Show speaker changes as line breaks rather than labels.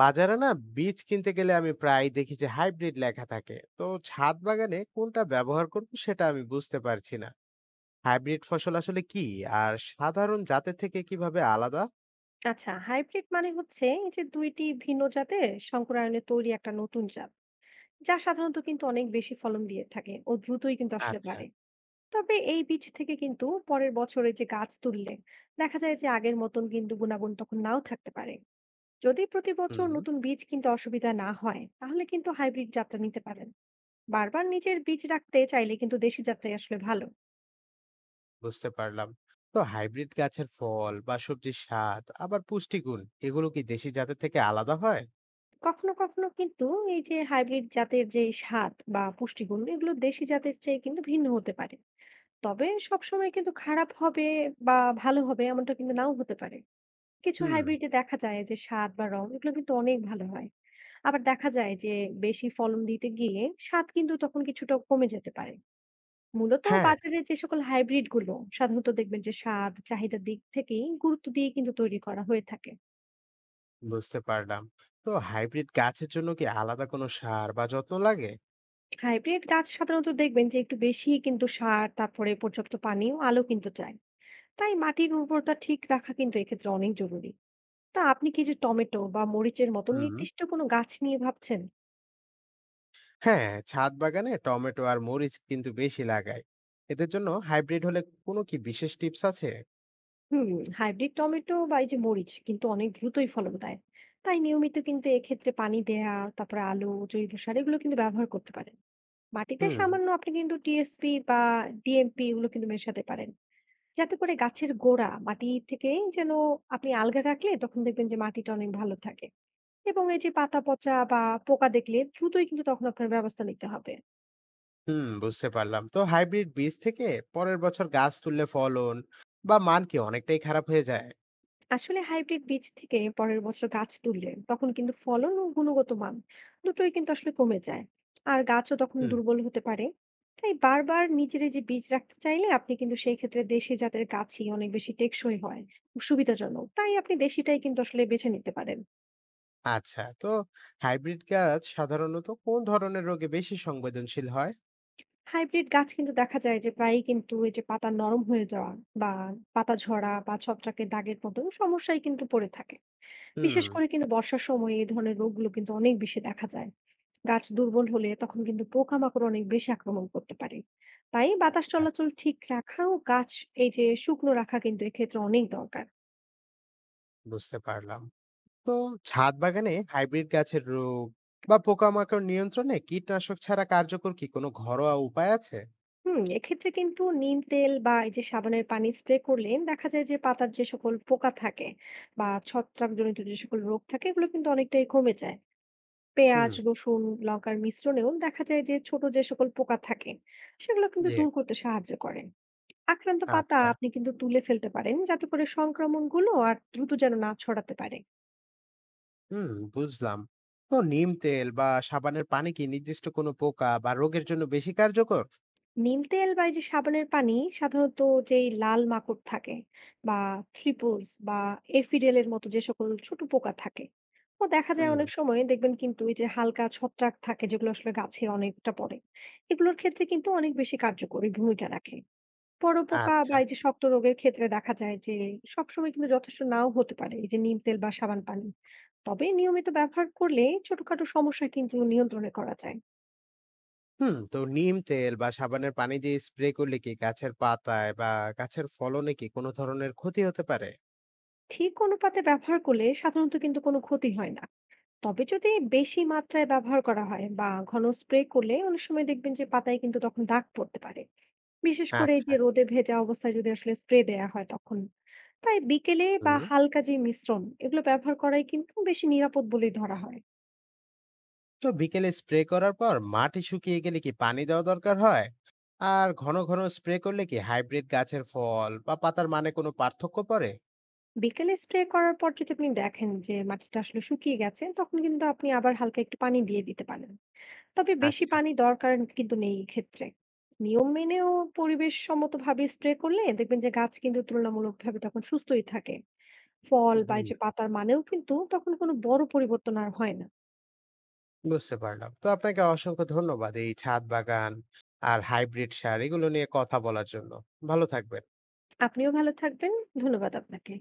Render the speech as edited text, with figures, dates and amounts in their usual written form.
বাজারে না, বীজ কিনতে গেলে আমি প্রায় দেখি যে হাইব্রিড লেখা থাকে। তো ছাদ বাগানে কোনটা ব্যবহার করব সেটা আমি বুঝতে পারছি না। হাইব্রিড ফসল আসলে কি, আর সাধারণ জাতের থেকে কিভাবে আলাদা?
আচ্ছা, হাইব্রিড মানে হচ্ছে এই যে দুইটি ভিন্ন জাতের সংকরায়নে তৈরি একটা নতুন জাত যা সাধারণত কিন্তু অনেক বেশি ফলন দিয়ে থাকে ও দ্রুতই কিন্তু আসলে
আচ্ছা।
বাড়ে। তবে এই বীজ থেকে কিন্তু পরের বছরে যে গাছ তুললে দেখা যায় যে আগের মতন কিন্তু গুণাগুণ তখন নাও থাকতে পারে। যদি প্রতি বছর
হুম।
নতুন বীজ কিনতে অসুবিধা না হয় তাহলে কিন্তু হাইব্রিড জাতটা নিতে পারেন। বারবার নিজের বীজ রাখতে চাইলে কিন্তু দেশি জাতটাই আসলে ভালো।
বুঝতে পারলাম। তো হাইব্রিড গাছের ফল বা সবজির স্বাদ আবার পুষ্টিগুণ, এগুলো কি দেশি জাতের থেকে আলাদা হয়?
কখনো কখনো কিন্তু এই যে হাইব্রিড জাতের যে স্বাদ বা পুষ্টিগুণ এগুলো দেশি জাতের চেয়ে কিন্তু ভিন্ন হতে পারে। তবে সবসময় কিন্তু খারাপ হবে বা ভালো হবে এমনটা কিন্তু নাও হতে পারে। কিছু
হুম।
হাইব্রিড এ দেখা যায় যে স্বাদ বা রং এগুলো কিন্তু অনেক ভালো হয়। আবার দেখা যায় যে বেশি ফলন দিতে গিয়ে স্বাদ কিন্তু তখন কিছুটা কমে যেতে পারে। মূলত
হ্যাঁ,
বাজারে যে সকল হাইব্রিড গুলো সাধারণত দেখবেন যে স্বাদ, চাহিদার দিক থেকেই গুরুত্ব দিয়ে কিন্তু তৈরি করা হয়ে থাকে।
বুঝতে পারলাম। তো হাইব্রিড গাছের জন্য কি আলাদা কোনো সার বা যত্ন লাগে?
হাইব্রিড গাছ সাধারণত দেখবেন যে একটু বেশি কিন্তু সার, তারপরে পর্যাপ্ত পানি ও আলো কিন্তু চায়। তাই মাটির উর্বরতা ঠিক রাখা কিন্তু এক্ষেত্রে অনেক জরুরি। তো আপনি কি যে টমেটো বা মরিচের মতো
হুম।
নির্দিষ্ট কোনো গাছ নিয়ে ভাবছেন?
হ্যাঁ, ছাদ বাগানে টমেটো আর মরিচ কিন্তু বেশি লাগায়। এদের জন্য হাইব্রিড হলে কোনো কি বিশেষ টিপস আছে?
হুম, হাইব্রিড টমেটো বা এই যে মরিচ কিন্তু অনেক দ্রুতই ফলন দেয়। তাই নিয়মিত কিন্তু এক্ষেত্রে পানি দেয়া, তারপরে আলো, জৈব সার এগুলো কিন্তু ব্যবহার করতে পারেন। মাটিতে
হুম।
সামান্য আপনি কিন্তু টিএসপি বা ডিএমপি এগুলো কিন্তু মেশাতে পারেন। যাতে করে গাছের গোড়া মাটি থেকে যেন আপনি আলগা রাখলে তখন দেখবেন যে মাটিটা অনেক ভালো থাকে। এবং এই যে পাতা পচা বা পোকা দেখলে দ্রুতই কিন্তু তখন আপনার ব্যবস্থা নিতে হবে।
হুম, বুঝতে পারলাম। তো হাইব্রিড বীজ থেকে পরের বছর গাছ তুললে ফলন বা মান কি অনেকটাই খারাপ হয়ে যায়?
আসলে হাইব্রিড বীজ থেকে পরের বছর গাছ তুললে তখন কিন্তু ফলন ও গুণগত মান দুটোই কিন্তু আসলে কমে যায়, আর গাছও তখন
হুম।
দুর্বল হতে পারে। তাই বারবার নিজের এই যে বীজ রাখতে চাইলে আপনি কিন্তু সেই ক্ষেত্রে দেশি জাতের গাছই অনেক বেশি টেকসই হয় ও সুবিধাজনক, তাই আপনি দেশিটাই কিন্তু আসলে বেছে নিতে পারেন।
আচ্ছা। তো হাইব্রিড গাছ সাধারণত কোন ধরনের রোগে বেশি সংবেদনশীল হয়?
হাইব্রিড গাছ কিন্তু দেখা যায় যে প্রায়ই কিন্তু এই যে পাতা নরম হয়ে যাওয়া বা পাতা ঝরা বা ছত্রাকের দাগের মতো সমস্যায় কিন্তু পড়ে থাকে।
হুম।
বিশেষ করে কিন্তু বর্ষার সময় এই ধরনের রোগগুলো কিন্তু অনেক বেশি দেখা যায়। গাছ দুর্বল হলে তখন কিন্তু পোকামাকড় অনেক বেশি আক্রমণ করতে পারে। তাই বাতাস
আচ্ছা,
চলাচল ঠিক রাখা ও গাছ এই যে শুকনো রাখা কিন্তু এক্ষেত্রে অনেক দরকার।
বুঝতে পারলাম। তো ছাদ বাগানে হাইব্রিড গাছের রোগ বা পোকামাকড় নিয়ন্ত্রণে কীটনাশক ছাড়া কার্যকর কি কোনো ঘরোয়া উপায় আছে?
হুম, এক্ষেত্রে কিন্তু নিম তেল বা এই যে সাবানের পানি স্প্রে করলে দেখা যায় যে পাতার যে সকল পোকা থাকে বা ছত্রাকজনিত যে সকল রোগ থাকে এগুলো কিন্তু অনেকটাই কমে যায়।
হুম।
পেঁয়াজ, রসুন, লঙ্কার মিশ্রণেও দেখা যায় যে ছোট যে সকল পোকা থাকে সেগুলো কিন্তু
জি।
দূর করতে সাহায্য করে। আক্রান্ত পাতা
আচ্ছা।
আপনি কিন্তু তুলে ফেলতে পারেন যাতে করে সংক্রমণগুলো আর দ্রুত যেন না ছড়াতে পারে।
হুম, বুঝলাম। তো নিম তেল বা সাবানের পানি কি নির্দিষ্ট কোনো পোকা বা রোগের জন্য বেশি কার্যকর?
নিম তেল বা এই যে সাবানের পানি সাধারণত যেই লাল মাকড় থাকে বা থ্রিপলস বা এফিডেলের মতো যে সকল ছোট পোকা থাকে ও দেখা যায়
হুম।
অনেক সময় দেখবেন কিন্তু এই যে হালকা ছত্রাক থাকে যেগুলো আসলে গাছে অনেকটা পড়ে, এগুলোর ক্ষেত্রে কিন্তু অনেক বেশি কার্যকরী ভূমিকা রাখে। বড় পোকা বা
আচ্ছা।
এই যে শক্ত রোগের ক্ষেত্রে দেখা যায় যে সবসময় কিন্তু যথেষ্ট নাও হতে পারে এই যে নিম তেল বা সাবান পানি। তবে নিয়মিত ব্যবহার করলে ছোটখাটো সমস্যা কিন্তু নিয়ন্ত্রণে করা যায়।
হুম, তো নিম তেল বা সাবানের পানি দিয়ে স্প্রে করলে কি গাছের পাতায় বা গাছের ফলনে কি কোনো ধরনের ক্ষতি হতে পারে?
ঠিক অনুপাতে ব্যবহার করলে সাধারণত কিন্তু কোনো ক্ষতি হয় না। তবে যদি বেশি মাত্রায় ব্যবহার করা হয় বা ঘন স্প্রে করলে অনেক সময় দেখবেন যে পাতায় কিন্তু তখন দাগ পড়তে পারে, বিশেষ করে এই
আচ্ছা।
যে রোদে ভেজা অবস্থায় যদি আসলে স্প্রে দেয়া হয় তখন। তাই বিকেলে বা
হুম,
হালকা যে মিশ্রণ এগুলো ব্যবহার করাই কিন্তু বেশি নিরাপদ বলেই ধরা হয়।
তো বিকেলে স্প্রে করার পর মাটি শুকিয়ে গেলে কি পানি দেওয়া দরকার হয়? আর ঘন, ঘন স্প্রে করলে কি হাইব্রিড গাছের ফল বা পাতার মানে কোনো পার্থক্য পড়ে?
বিকেলে স্প্রে করার পর যদি আপনি দেখেন যে মাটিটা আসলে শুকিয়ে গেছে তখন কিন্তু আপনি আবার হালকা একটু পানি দিয়ে দিতে পারেন। তবে বেশি
আচ্ছা।
পানি দরকার কিন্তু নেই এই ক্ষেত্রে। নিয়ম মেনেও পরিবেশ সম্মত ভাবে স্প্রে করলে দেখবেন যে গাছ কিন্তু তুলনামূলকভাবে তখন সুস্থই থাকে। ফল বা
হুম।
এই যে পাতার মানেও কিন্তু তখন কোনো বড় পরিবর্তন আর হয় না।
বুঝতে পারলাম। তো আপনাকে অসংখ্য ধন্যবাদ এই ছাদ বাগান আর হাইব্রিড সার এগুলো নিয়ে কথা বলার জন্য। ভালো থাকবেন।
আপনিও ভালো থাকবেন। ধন্যবাদ আপনাকে।